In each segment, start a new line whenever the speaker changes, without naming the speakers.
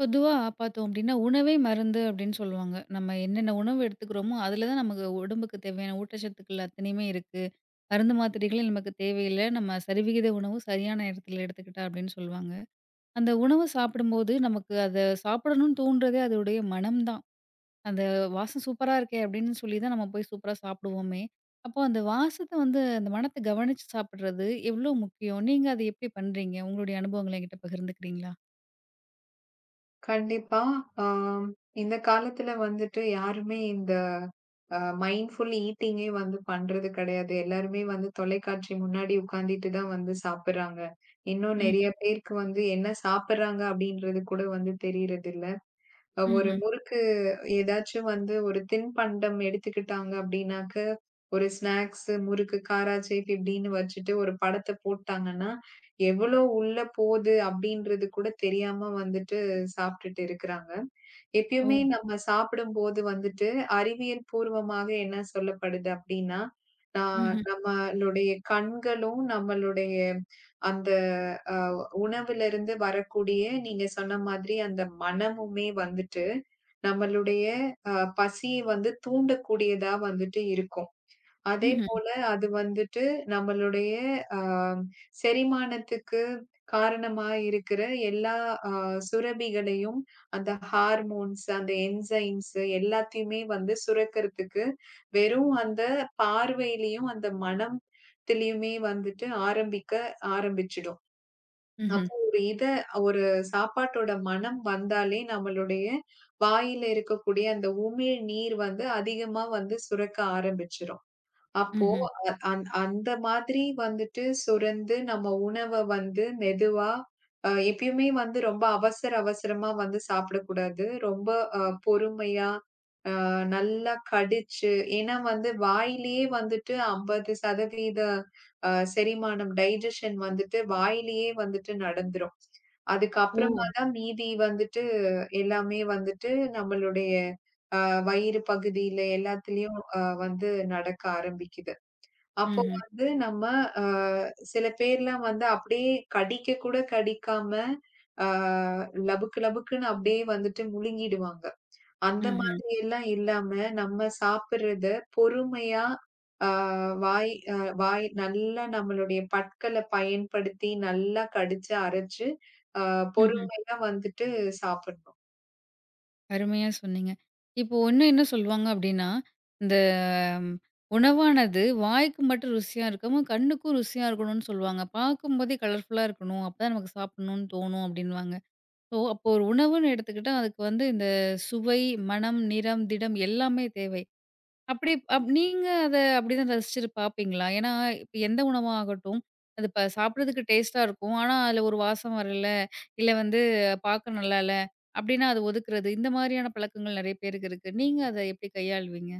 பொதுவா பார்த்தோம் அப்படின்னா, "உணவே மருந்து" அப்படின்னு சொல்லுவாங்க. நம்ம என்னென்ன உணவு எடுத்துக்கிறோமோ, அதில தான் நமக்கு உடம்புக்கு தேவையான ஊட்டச்சத்துக்கள் அத்தனையுமே இருக்கு. மருந்து மாத்திரைகளே நமக்கு தேவையில்ல. நம்ம சரிவிகித உணவு சரியான இடத்துல எடுத்துக்கிட்டா அப்படின்னு சொல்லுவாங்க. அந்த உணவு சாப்பிடும்போது நமக்கு அத சாப்பிடணும்னு தூண்டுறதே அதோடைய மனம் தான். அந்த "வாசம் சூப்பரா இருக்கே!" அப்படின்னு சொல்லி தான் நம்ம போய் சூப்பரா சாப்பிடுவோமே. அப்போ அந்த வாசத்த வந்து அந்த மணத்த கவனிச்சு சாப்பிடுறது எவ்வளோ முக்கியம்? நீங்க அத எப்படி பண்றீங்க? உங்களுடைய அனுபவங்கள என்கிட்ட பகிர்ந்துக்கிறீங்களா?
கண்டிப்பா. ஆம். இந்த காலத்துல வந்துட்டு யாருமே இந்த மைண்ட்ஃபுல் ஈட்டிங்கே வந்து பண்றது கிடையாது. எல்லாருமே வந்து தொலைக்காட்சி முன்னாடி உட்கார்ந்துட்டு தான் வந்து சாப்பிடுறாங்க. இன்னும்
ம்.
நெறைய பேருக்கு வந்து என்ன சாப்பிடுறாங்க அப்படின்றது கூட வந்து தெரியறதில்ல. அ ஒரு
ம்ஹ்ம்.
முறுக்கு ஏதாச்சும் வந்து ஒரு தின்பண்டம் எடுத்துக்கிட்டாங்க அப்படின்னாக்க, ஒரு ஸ்நாக்ஸ், முறுக்கு, காராச்சேவ் இப்படின்னு வச்சுட்டு ஒரு படத்த போட்டாங்கன்னா, எவ்வளோ உள்ள போது அப்படின்றது கூட தெரியாம வந்துட்டு சாப்பிட்டுட்டு இருக்கிறாங்க.
ஓ!
எப்பயுமே நம்ம சாப்பிடும்போது வந்துட்டு, அறிவியல் பூர்வமாக என்ன சொல்லப்படுது அப்டின்னா, நா
ம்ஹ்ம்.
நம்மளுடைய கண்களும், நம்மளுடைய அந்த அ உணவிலிருந்து வரக்கூடிய நீங்க சொன்ன மாதிரி அந்த மனமுமே வந்துட்டு, நம்மளுடைய அ பசிய வந்து தூண்டக்கூடியதா வந்துட்டு இருக்கும். அதே
ம்ஹ்ம்.
போல அது வந்துட்டு நம்மளுடைய அ செரிமானத்துக்கு காரணமா இருக்கிற எல்லா அ சுரபிகளையும், அந்த ஹார்மோன்ஸ், அந்த என்சைம்ஸ் எல்லாத்தையுமே வந்து சுரக்கிறதுக்கு, வெறும் அந்த பார்வையிலயும், அந்த மனத்திலயுமே வந்துட்டு ஆரம்பிச்சுடும்.
ம்ஹ்ம்,
அப்போ ஒரு சாப்பாட்டோட மனம் வந்தாலே நம்மளுடைய வாயில இருக்கக்கூடிய அந்த உமிழ் நீர் வந்து அதிகமா வந்து சுரக்க ஆரம்பிச்சுரும். அப்போ
ம்ஹ்ம்.
அ அந் அந்த மாதிரி வந்துட்டு சுரந்து நம்ம உணவ வந்து மெதுவா எப்பயுமே வந்து ரொம்ப அவசர அவசரமா வந்து சாப்பிடக்கூடாது. ரொம்ப பொறுமையா, நல்லா கடிச்சு ஏன்னா வந்து வாயிலேயே வந்துட்டு 50% செரிமானம் டைஜஷன் வந்துட்டு வாயிலேயே வந்துட்டு நடந்துரும்.
ஓ!
அதுக்கப்புறமா தான் மீதி வந்துட்டு எல்லாமே வந்துட்டு நம்மளுடைய வயிறு பகுதியில எல்லாத்துலயும் வந்து நடக்க ஆரம்பிக்குது. அப்போ
ம்ஹ்ம்,
வந்து நம்ம அ சில பேர்லாம் வந்து அப்படியே கடிக்க கூட கடிக்காம, அ லபுக்கு லபுக்குன்னு அப்படியே வந்துட்டு முழுங்கிடுவாங்க. அந்த
ம்ஹ்ம்,
மாதிரி எல்லாம் இல்லாம, நம்ம சாப்பிடுறத பொறுமையா, அ வாய் அ வாய் நல்லா நம்மளுடைய பற்கள பயன்படுத்தி நல்லா கடிச்சு அரைச்சு, அ
ம்ஹ்ம்.
பொறுமையா வந்துட்டு சாப்பிடணும்.
அருமையா சொன்னீங்க. இப்போ இன்னும் என்ன சொல்லுவாங்க அப்டின்னா, இந்த உணவானது வாய்க்கு மட்டும் ருசியா இருக்காம, கண்ணுக்கும் ருசியா இருக்கணும்னு சொல்லுவாங்க. பார்க்கும்போதே கலர்ஃபுல்லா இருக்கணும். அப்பதான் நமக்கு சாப்பிடணும்னு தோணும் அப்டின்னுவாங்க. ஸோ அப்போ ஒரு உணவுன்னு எடுத்துக்கிட்டா, அதுக்கு வந்து இந்த சுவை, மனம், நிறம், திடம் எல்லாமே தேவை. அப்படி அப் நீங்க அத அப்படிதான் ரசிச்சு பார்ப்பீங்களா? ஏன்னா, இப்ப எந்த உணவா ஆகட்டும், அது இப்ப சாப்பிடுறதுக்கு டேஸ்ட்டா இருக்கும். ஆனா, அதுல ஒரு வாசம் வரல, இல்ல வந்து பார்க்க நல்லா இல்ல அப்படின்னா அத ஒதுக்குறது. இந்த மாதிரியான பழக்கங்கள் நெறைய பேருக்கு இருக்கு. நீங்க அத எப்படி கையாளுவீங்க?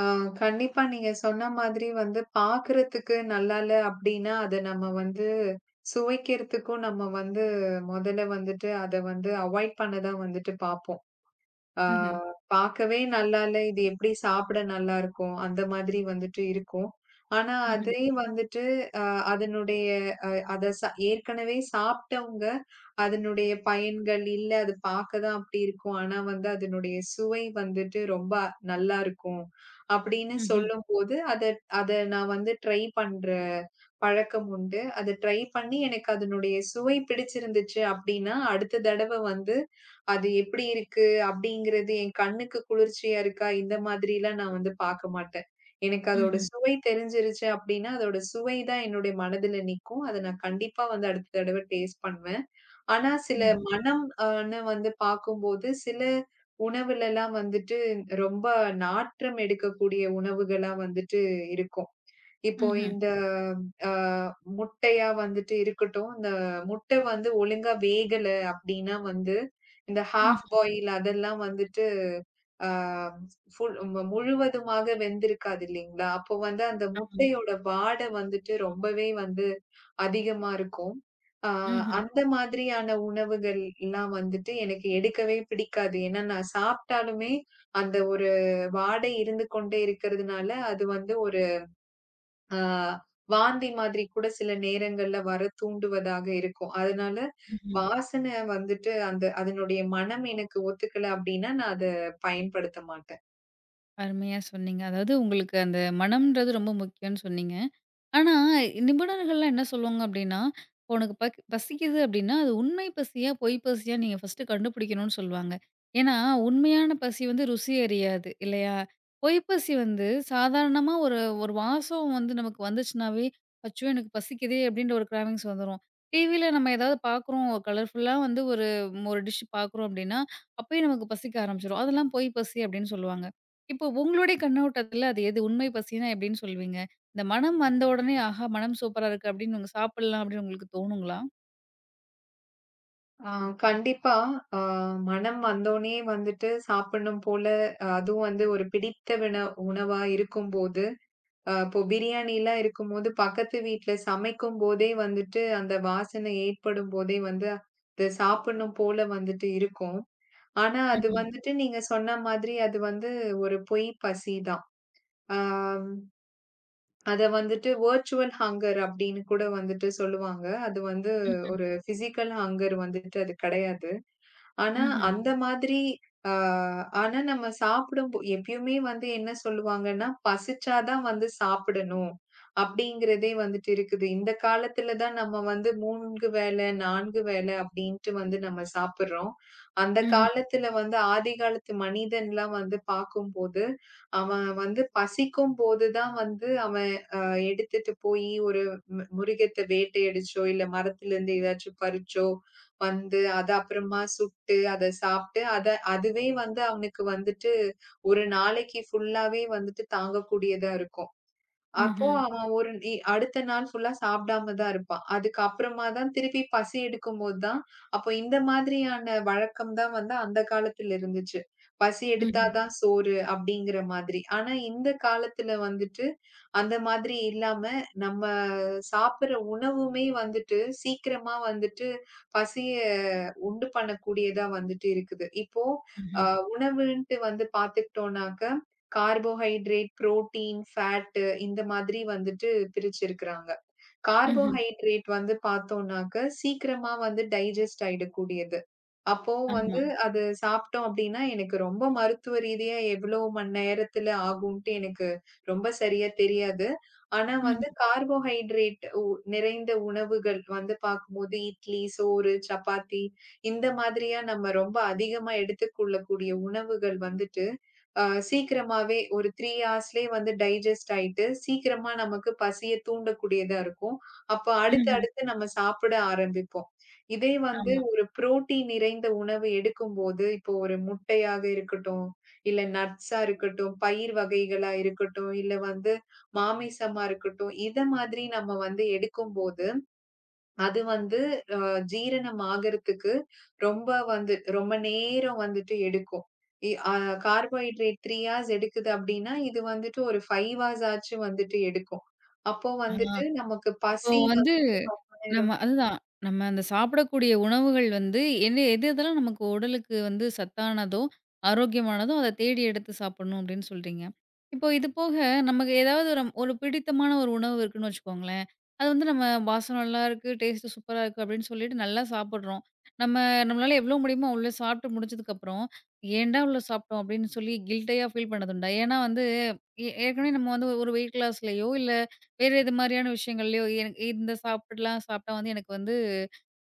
ஆ கண்டிப்பா நீங்க சொன்ன மாதிரி வந்து பாக்குறதுக்கு நல்லா இல்ல அப்டின்னா, அத நம்ம வந்து சுவைக்கிறதுக்கும் நம்ம வந்து முதல்ல வந்துட்டு அத வந்து அவாய்ட் பண்ண தான் வந்துட்டு பாப்போம். ஆ
ம்ஹ்ம்.
பாக்கவே நல்லா இல்ல. இது எப்படி சாப்பிட நல்லாருக்கும்? அந்த மாதிரி வந்துட்டு இருக்கும். ஆனா,
ம்ஹ்ம்.
அதே வந்துட்டு அ அதனுடைய அ அத ச ஏற்கனவே சாப்ட்டவங்க, அதனுடைய பயன்கள் இல்ல. அது பாக்க தான் அப்படி இருக்கும். ஆனா வந்து அதனுடைய சுவை வந்துட்டு ரொம்ப நல்லாருக்கும். அப்படின்னு
ம்ஹ்ம்.
சொல்லும்போது, அத அத நான் வந்து ட்ரை பண்றேன். பழக்கம் உண்டு. அத ட்ரை பண்ணி எனக்கு அதனுடைய சுவை பிடிச்சிருந்துச்சு அப்டின்னா, அடுத்த தடவ வந்து அது எப்டி இருக்கு அப்டிங்கிறது என் கண்ணுக்கு குளிர்ச்சியா இருக்கா? இந்த மாதிரிலாம் நான் வந்து பாக்க மாட்டேன். எனக்கு அதோட
ம்ஹ்ம்.
சுவை தெரிஞ்சிருச்சு அப்டின்னா, அதோட சுவை தான் என்னுடைய மனதுல நிக்கும். அத நான் கண்டிப்பா வந்து அடுத்த தடவ டேஸ்ட் பண்ணுவேன். ஆனா சில
ம்ஹ்ம்.
மனம் ஆன்னு வந்து பாக்கும்போது, சில உணவுலலாம் வந்துட்டு ரொம்ப நாற்றம் எடுக்கக்கூடிய உணவுகளா வந்துட்டு இருக்கும். இப்போ
ம்ஹ்ம்.
இந்த அ முட்டையா வந்துட்டு இருக்கட்டும், இந்த முட்டை வந்து ஒழுங்கா வேகல அப்டின்னா வந்து, இந்த
ம்.
ஹாஃப் பாயில் அதெல்லாம் வந்துட்டு அ ஃபுல் முழுவதுமாக வெந்திருக்காது இல்லைங்களா? அப்போ வந்து அந்த
ஆமா.
முட்டையோட வாட வந்துட்டு ரொம்பவே வந்து அதிகமா இருக்கும். அ
ம்ஹ்ம்.
அந்த மாதிரியான உணவுகள்லாம் வந்துட்டு எனக்கு எடுக்கவே பிடிக்காது. ஏன்னா, நான் சாப்ட்டாலுமே அந்த ஒரு வாடை இருந்து கொண்டே இருக்கிறதுனால, அது வந்து ஒரு ஆ வாந்தி மாதிரி கூட சில நேரங்கள்ல வர தூண்டுவதாக இருக்கும். அதனால
ம்ஹ்ம்.
வாசனை வந்துட்டு அந்த அதனுடைய மனம் எனக்கு ஒத்துக்கல அப்டின்னா, நான் அத பயன்படுத்த மாட்டேன்.
அருமையா சொன்னீங்க. அதாவது உங்களுக்கு அந்த மனம்ன்றது ரொம்ப முக்கியம்னு சொன்னீங்க. ஆனா, நிபுணர்கள்லாம் என்ன சொல்லுவாங்க அப்டின்னா, "உனக்கு பசிக்குது அப்டின்னா, அது உண்மை பசியா, பொய் பசியா நீங்க ஃபர்ஸ்ட்டு கண்டுபிடிக்கணும்னு" சொல்லுவாங்க. ஏன்னா, உண்மையான பசி வந்து ருசி அறியாது இல்லையா? பொய் பசி வந்து சாதாரணமா ஒரு ஒரு வாசம் வந்து நமக்கு வந்துச்சுனாவே, "அச்சோ! எனக்கு பசிக்குதே" அப்டின்ற ஒரு கிராவிங்ஸ் வந்துரும். டிவில நம்ம ஏதாவது பார்க்குறோம், கலர்ஃபுல்லா வந்து ஒரு ஒரு டிஷ் பார்க்குறோம் அப்டின்னா, அப்பயே நமக்கு பசிக்க ஆரம்பிச்சுரும். அதெல்லாம் பொய் பசி அப்டின்னு சொல்லுவாங்க. இப்போ உங்களுடைய கண்ணோட்டத்துல அது எது உண்மை பசினா எப்டின்னு சொல்லுவீங்க? இந்த மனம் வந்த உடனே, ஆஹா! மனம் சூப்பரா இருக்கு அப்படின்னு நீங்க சாப்பிடலாம் அப்படின்னு உங்களுக்கு தோணுங்களா?
ஆ கண்டிப்பா ஆ மனம் வந்தோனே வந்துட்டு சாப்பிடணும் போல, அதுவும் வந்து ஒரு பிடித்த உணவா இருக்கும்போது, இப்போ பிரியாணிலாம் இருக்கும்போது பக்கத்து வீட்ல சமைக்கும்போதே வந்துட்டு அந்த வாசனை ஏற்படும்போதே வந்து, அத சாப்பிடணும் போல வந்துட்டு இருக்கும். ஆனா அது
ம்ஹ்ம்.
வந்துட்டு நீங்க சொன்ன மாதிரி அது வந்து ஒரு பொய் பசிதான். ஆம், அத வந்துட்டு வெர்ச்சுவல் ஹங்கர் அப்படின்னு கூட வந்துட்டு சொல்லுவாங்க. அது வந்து
ம்ஹ்ம்.
ஒரு பிசிக்கல் ஹங்கர் வந்துட்டு அது கிடையாது. ஆனா,
ம்ஹ்ம்.
அந்த மாதிரி ஆ ஆனா நம்ம சாப்பிடும்போ எப்பயுமே வந்து என்ன சொல்லுவாங்கன்னா, "பசிச்சா தான் வந்து சாப்பிடணும்." அப்படிங்கிறதே வந்துட்டு இருக்குது. இந்த காலத்துல தான் நம்ம வந்து 3 வேளை, 4 வேளை அப்படின்ட்டு வந்து நம்ம சாப்பிடுறோம். அந்த
ம்ஹ்ம்.
காலத்துல வந்து ஆதி காலத்து மனிதன்லாம் வந்து பார்க்கும்போது, அவன் வந்து பசிக்கும்போது தான் வந்து அவன் எடுத்துட்டு போயி ஒரு முருகத்த வேட்டையடிச்சோ, இல்ல மரத்துலருந்து ஏதாச்சும் பறிச்சோ வந்து, அத அப்புறமா சுட்டு, அத சாப்ட்டு, அத அதுவே வந்து அவனுக்கு வந்துட்டு, ஒரு நாளைக்கு ஃபுல்லாவே வந்துட்டு தாங்கக்கூடியதா இருக்கும். அப்போ
ம்ஹ்ம்.
அவன் ஒரு இ அடுத்த நாள் ஃபுல்லா சாப்பிடாம தான் இருப்பான். அதுக்கப்புறமா தான் திருப்பி பசி எடுக்கும்போது தான் அப்போ இந்த மாதிரியான வழக்கம் தான் வந்து அந்த காலத்துல இருந்துச்சு. பசி எடுத்தா
ம்ஹ்ம்.
தான் சோறு அப்படிங்கிற மாதிரி. ஆனா இந்த காலத்துல வந்துட்டு அந்த மாதிரி இல்லாம நம்ம சாப்பிடுற உணவுமே வந்துட்டு சீக்கிரமா வந்துட்டு பசிய உண்டு பண்ணக்கூடியதா வந்துட்டு இருக்குது. இப்போ அ
ம்ஹ்ம்.
உணவுன்ட்டு வந்து பாத்துக்கிட்டோம்னாக்க கார்போஹைட்ரேட், புரோட்டீன், ஃபேட்டு இந்த மாதிரி வந்துட்டு பிரிச்சிருக்கிறாங்க.
ம்ஹ்ம்.
கார்போஹைட்ரேட் வந்து பார்த்தோம்னாக்க, சீக்கிரமா வந்து டைஜஸ்ட் ஆயிடக்கூடியது. அப்போ
ஆமா.
வந்து ம். அது சாப்பிட்டோம் அப்டின்னா, எனக்கு ரொம்ப மருத்துவ ரீதியா எவ்ளோ மணி நேரத்துல ஆகும்ட்டு எனக்கு ரொம்ப சரியா தெரியாது. ஆனா
ம்ஹ்ம்.
வந்து கார்போஹைட்ரேட் உ நிறைந்த உணவுகள் வந்து பார்க்கும்போது இட்லி, சோறு, சப்பாத்தி இந்த மாதிரியா நம்ம ரொம்ப அதிகமா எடுத்துக்கொள்ளக்கூடிய உணவுகள் வந்துட்டு, அ சீக்கிரமாவே ஒரு 3 ஹார்ஸ்லயே வந்து டைஜஸ்ட் ஆயிட்டு, சீக்கிரமா நமக்கு பசிய தூண்டக்கூடியதா இருக்கும். அப்ப அடுத்து
ம்ஹ்ம்.
அடுத்து நம்ம சாப்பிட ஆரம்பிப்போம். இதே வந்து
ஆமா.
ஒரு புரோட்டீன் நிறைந்த உணவு எடுக்கும்போது, இப்போ ஒரு முட்டையாக இருக்கட்டும், இல்ல நட்ஸா இருக்கட்டும், பயிர் வகைகளா இருக்கட்டும், இல்ல வந்து மாமிசமா இருக்கட்டும், இத மாதிரி நம்ம வந்து எடுக்கும்போது, அது வந்து ஜீரணம் ஆகறதுக்கு ரொம்ப வந்து ரொம்ப நேரம் வந்துட்டு எடுக்கும். இ அ கார்போஹைட்ரேட் 3 ஹார்ஸ் எடுக்குது அப்டின்னா, இது வந்துட்டு ஒரு 5 ஹார்ஸ் ஆச்சு வந்துட்டு எடுக்கும். அப்போ
ஆ
வந்துட்டு நமக்கு
அப்போ
பசி
வந்து
வந்துட்டு ரொம்ப
நம்ம
நேரம்
அதுதான். நம்ம அந்த சாப்பிடக்கூடிய உணவுகள் வந்து என்ன எது எதெல்லாம் நமக்கு உடலுக்கு வந்து சத்தானதோ, ஆரோக்கியமானதோ அத தேடி எடுத்து சாப்பிடணும் அப்படின்னு சொல்றீங்க. இப்போ இது போக நமக்கு ஏதாவது ஒரு ஒரு பிடித்தமான ஒரு உணவு இருக்குன்னு வச்சுக்கோங்களேன். அது வந்து நம்ம வாசம் நல்லா இருக்கு, டேஸ்ட் சூப்பரா இருக்கு அப்படின்னு சொல்லிட்டு நல்லா சாப்பிடுறோம். நம்ம நம்மளால எவ்வளோ முடியுமோ அவ்வளோ சாப்பிட்டு முடிச்சதுக்கப்புறம், "ஏன்டா இவ்வளோ சாப்பிட்டோம்?" அப்படின்னு சொல்லி கில்ட்டியா ஃபீல் பண்ணதுண்டா? ஏன்னா வந்து ஏற்கனவே நம்ம வந்து ஒரு வெயிட் லாஸ்லயோ இல்ல வேறு எது மாரியான விஷயங்கள்லயோ, எனக்கு இந்த சாப்பிடலாம் சாப்பிட்டா வந்து எனக்கு வந்து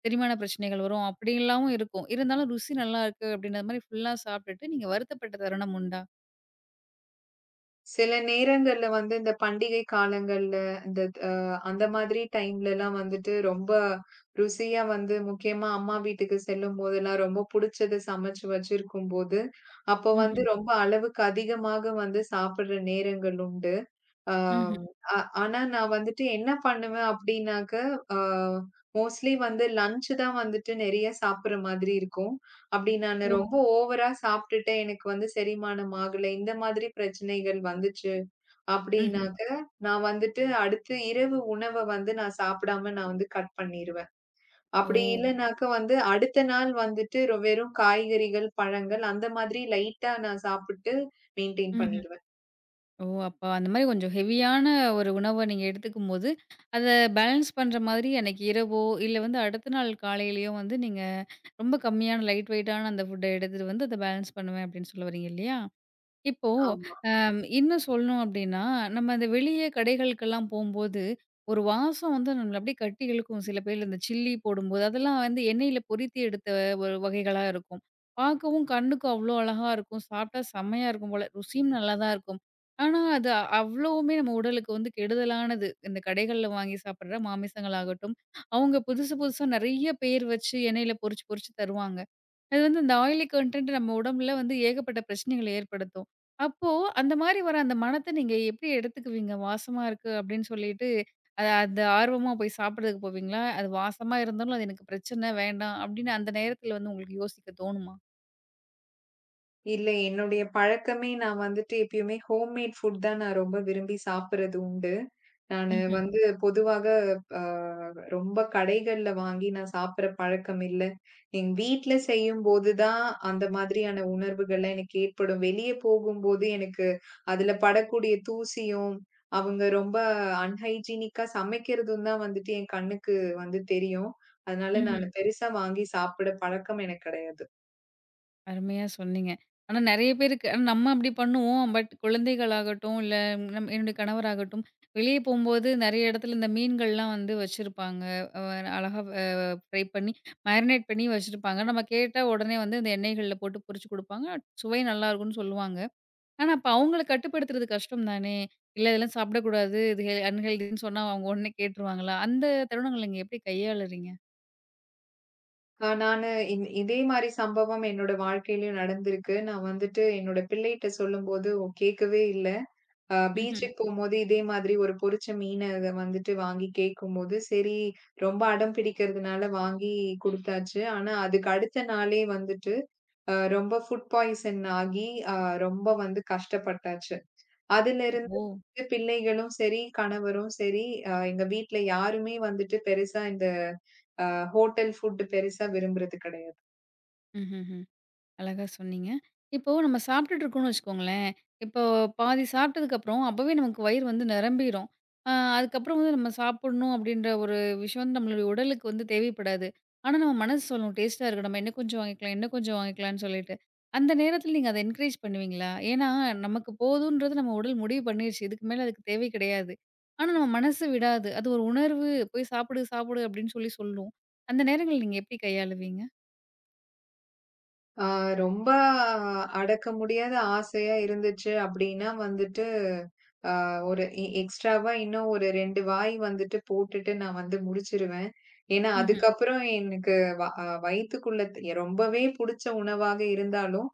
செரிமான பிரச்சனைகள் வரும். அப்படிலாம் இருக்கும். இருந்தாலும் ருசி நல்லாயிருக்கு அப்படின்ற மாரி ஃபுல்லா சாப்பிட்டுட்டு நீங்க வருத்தப்பட்ட தருணம் உண்டா?
சில நேரங்கள்ல வந்து இந்த பண்டிகை காலங்கள்ல, இந்த அ அந்த மாதிரி டைம்லலாம் வந்துட்டு ரொம்ப ருசியா வந்து முக்கியமா அம்மா வீட்டுக்கு செல்லும்போதெல்லாம் ரொம்ப புடிச்சத சமைச்சு வச்சிருக்கும்போது, அப்போ வந்து
ம்ஹ்ம்.
ரொம்ப அளவுக்கு அதிகமாக வந்து சாப்பிடுற நேரங்கள் உண்டு.
ம்ஹ்ம்.
ஆம், அ ஆனா நான் வந்துட்டு என்ன பண்ணுவேன் அப்படின்னாக்க, அ மோஸ்ட்லி வந்து லஞ்ச் தான் வந்துட்டு நெறைய சாப்பிடுற மாதிரி இருக்கும். அப்படி நானு
ஓ!
ரொம்ப ஓவரா சாப்பிட்டுட்டு எனக்கு வந்து செரிமானம் ஆகல, இந்த மாதிரி பிரச்சனைகள் வந்துச்சு
ம்ஹ்ம்.
அப்படின்னாக்க, நான் வந்துட்டு அடுத்து இரவு உணவ வந்து நான் சாப்பிடாம நான் வந்து கட் பண்ணிருவேன்.
ஓ!
அப்படி இல்லனாக்க வந்து அடுத்த நாள் வந்துட்டு வெறும் காய்கறிகள், பழங்கள் அந்த மாதிரி லைட்டா நான் சாப்பிட்டு மெயின்டெயின்
ம்ஹ்ம்.
பண்ணிருவேன்.
ஓ! அப்ப அந்த மாரி கொஞ்சம் ஹெவியான ஒரு உணவ நீங்க எடுத்துக்கும்போது, அத பேலன்ஸ் பண்ற மாதிரி அன்னைக்கு இரவோ, இல்ல வந்து அடுத்த நாள் காலையிலயோ வந்து நீங்க ரொம்ப கம்மியான லைட் வெயிட்டான அந்த ஃபுட்ட எடுத்துட்டு வந்து அத பேலன்ஸ் பண்ணுவேன் அப்படின்னு சொல்ல வரீங்க இல்லையா? இப்போ
ஆமா.
இன்னும் சொல்லணும் அப்டின்னா, நம்ம அந்த வெளிய கடைகளுக்கெல்லாம் போம்போது, ஒரு வாசம் வந்து நம்மள அப்படியே கட்டி இழுக்கும். சில பேர் இந்த சில்லி போடும்போது, அதெல்லாம் வந்து எண்ணெயில பொரித்து எடுத்த ஒரு வகைகளா இருக்கும். பார்க்கவும் கண்ணுக்கு அவ்ளோ அழகா இருக்கும். சாப்பிட்டா செம்மையா இருக்கும் போல. ருசியும் நல்லா தான் இருக்கும். ஆனா, அது அவ்வளவுமே நம்ம உடலுக்கு வந்து கெடுதலானது. இந்த கடைகள்ல வாங்கி சாப்பிடுற மாமிசங்கள் ஆகட்டும், அவங்க புதுசு புதுசா நெறைய பேர் வச்சு எண்ணெயில பொரிச்சு பொரிச்சு தருவாங்க. அது வந்து இந்த ஆயிலி கன்டென்ட் நம்ம உடம்புல வந்து ஏகப்பட்ட பிரச்சனைகள ஏற்படுத்தும். அப்போ அந்த மாரி வர அந்த மணத்த நீங்க எப்படி எடுத்துக்குவீங்க? வாசமா இருக்கு அப்படின்னு சொல்லிட்டு, அத அந்த ஆர்வமா போய் சாப்பிடுறதுக்கு போவீங்களா? அது வாசமா இருந்தாலும் அது எனக்கு பிரச்சன, வேண்டாம் அப்படின்னு அந்த நேரத்துல வந்து உங்களுக்கு யோசிக்க தோணுமா?
இல்ல. என்னுடைய பழக்கமே நான் வந்துட்டு எப்பயுமே ஹோம்மேட் ஃபுட் தான் நான் ரொம்ப விரும்பி சாப்பிடுறது உண்டு. நானு
ம்ஹ்ம்.
வந்து பொதுவாக அ ரொம்ப கடைகள்ல வாங்கி நான் சாப்பிடுற பழக்கம் இல்ல. எங்க வீட்ல செய்யும்போது தான் அந்த மாதிரியான உணர்வுகள்லாம் எனக்கு ஏற்படும். வெளிய போகும்போது எனக்கு அதுல படக்கூடிய தூசியும், அவங்க ரொம்ப அன்ஹைஜீனிக்கா சமைக்கிறதும் தான் வந்துட்டு என் கண்ணுக்கு வந்து தெரியும். அதனால
ம்ஹ்ம்.
நானு பெருசா வாங்கி சாப்பிட பழக்கம் எனக்கு கிடையாது.
அருமையா சொன்னீங்க. ஆனா நெறைய பேருக்கு ஆனா நம்ம அப்படி பண்ணுவோம். பட் குழந்தைகளாகட்டும், இல்ல நம் என்னுடைய கணவராகட்டும், வெளியே போம்போது நெறைய இடத்துல இந்த மீன்கள்லாம் வந்து வச்சிருப்பாங்க. அ அழகா ஃப்ரை பண்ணி, மேரினேட் பண்ணி வச்சிருப்பாங்க. நம்ம கேட்டா உடனே வந்து இந்த எண்ணெய்கள்ல போட்டு பொரிச்சு குடுப்பாங்க. சுவை நல்லாருக்கும்னு சொல்லுவாங்க. ஆனா, அப்ப அவங்கள கட்டுப்படுத்துறது கஷ்டம் தானே! இல்ல இதெல்லாம் சாப்பிடக்கூடாது. இது அன்ஹெல்தின்னு சொன்னா அவங்க உடனே கேட்டுருவாங்களா? அந்த தருணங்கள நீங்க எப்படி கையாளுறீங்க?
நானு இதே மாரி சம்பவம் என்னோட வாழ்க்கையிலயும் நடந்திருக்கு. நான் வந்துட்டு என்னோட பிள்ளைட்ட சொல்லும்போது கேட்கவே இல்ல.
ம்ஹ்ம்.
பீச்சுக்கு போம்போது இதே மாதிரி ஒரு பொரிச்ச மீன அத வந்துட்டு வாங்கி கேட்கும்போது, சரி ரொம்ப அடம் பிடிக்கிறதுனால வாங்கி குடுத்தாச்சு. ஆனா அதுக்கு அடுத்த நாளே வந்துட்டு, ரொம்ப ஃபுட் பாய்சன் ஆகி, அ ரொம்ப வந்து கஷ்டப்பட்டாச்சு. அதிலிருந்து
ஓ!
பிள்ளைகளும் சரி, கணவரும் சரி, எங்க வீட்ல யாருமே வந்துட்டு பெருசா இந்த அ ஹோட்டல் ஃபுட் பெருசா விரும்புறது கிடையாது.
ம்ஹ்ஹ்ம். அழகா சொன்னீங்க. இப்போ நம்ம சாப்பிட்டுட்டு இருக்கோம்னு வச்சுக்கோங்களேன், இப்போ பாதி சாப்பிட்டதுக்கப்புறம் அப்பவே நமக்கு வயிறு வந்து நிரம்பிரும். அ அதுக்கப்புறம் வந்து நம்ம சாப்பிடணும் அப்படின்ற ஒரு விஷயம் வந்து நம்மளுடைய உடலுக்கு வந்து தேவைப்படாது. ஆனா நம்ம மனசு சொல்லும் டேஸ்ட்டா இருக்கு. நம்ம இன்னும் கொஞ்சம் வாங்கிக்கலாம், இன்னும் கொஞ்சம் வாங்கிக்கலாம்னு சொல்லிட்டு. அந்த நேரத்தில நீங்க அத என்கரேஜ் பண்ணுவீங்களா? ஏன்னா நமக்கு போதுன்றது நம்ம உடல் முடிவு பண்ணிருச்சு. இதுக்கு மேல அதுக்கு தேவை கிடையாது. ஆனா நம்ம மனசு விடாது. அது ஒரு உணர்வு போய் சாப்பிடு, சாப்பிடு அப்படின்னு சொல்லி சொல்லும். அந்த நேரங்கள்ல நீங்க எப்படி கையாளுவீங்க?
ஆ ரொம்ப அடக்க முடியாத ஆசையா இருந்துச்சு அப்டின்னா வந்துட்டு, ஆ ஒரு எ எக்ஸ்ட்ராவா இன்னும் ஒரு 2 வாய் வந்துட்டு போட்டுட்டு நான் வந்து முடிச்சிருவேன். ஏன்னா,
ம்ஹ்ம்,
அதுக்கப்புறம் எனக்கு வ அ வயித்துக்குள்ள ரொம்பவே புடிச்ச உணவாக இருந்தாலும்,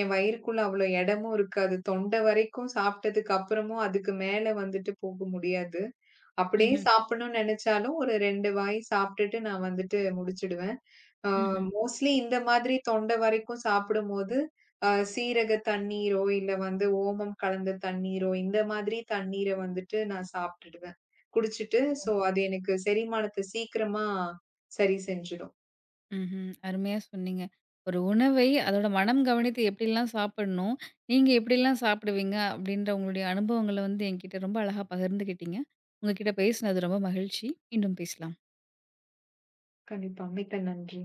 என் வயிறுக்குள்ள அவ்ளோ இடமும் இருக்காது. தொண்டை வரைக்கும் சாப்பிட்டதுக்கு அப்புறமும் அதுக்கு மேல வந்துட்டு போக முடியாது. அப்படியே
ம்ஹ்ம்,
சாப்பிடணும்னு நெனச்சாலும், ஒரு 2 வாய் சாப்ட்டுட்டு நான் வந்துட்டு முடிச்சிடுவேன். ஆ
ம்ஹ்ம்.
மோஸ்ட்லி இந்த மாதிரி தொண்டை வரைக்கும் சாப்பிடும்போது, அ சீரக தண்ணீரோ, இல்ல வந்து ஓமம் கலந்த தண்ணீரோ, இந்த மாதிரி தண்ணீர வந்துட்டு நான் சாப்பிட்டுடுவேன். குடிச்சிட்டு, சோ அது எனக்கு செரிமானத்த சீக்கிரமா சரி செஞ்சிடும்.
ம்ஹ்ம். அருமையா சொன்னீங்க. ஒரு உணவை அதோட மனம் கவனித்து எப்படிலாம் சாப்பிடணும், நீங்க எப்படிலாம் சாப்பிடுவீங்க அப்படின்ற உங்களுடைய அனுபவங்கள வந்து என்கிட்ட ரொம்ப அழகா பகிர்ந்துக்கிட்டீங்க. உங்க கிட்ட பேசினது ரொம்ப மகிழ்ச்சி. மீண்டும் பேசலாம்.
கண்டிப்பா. மிக்க நன்றி.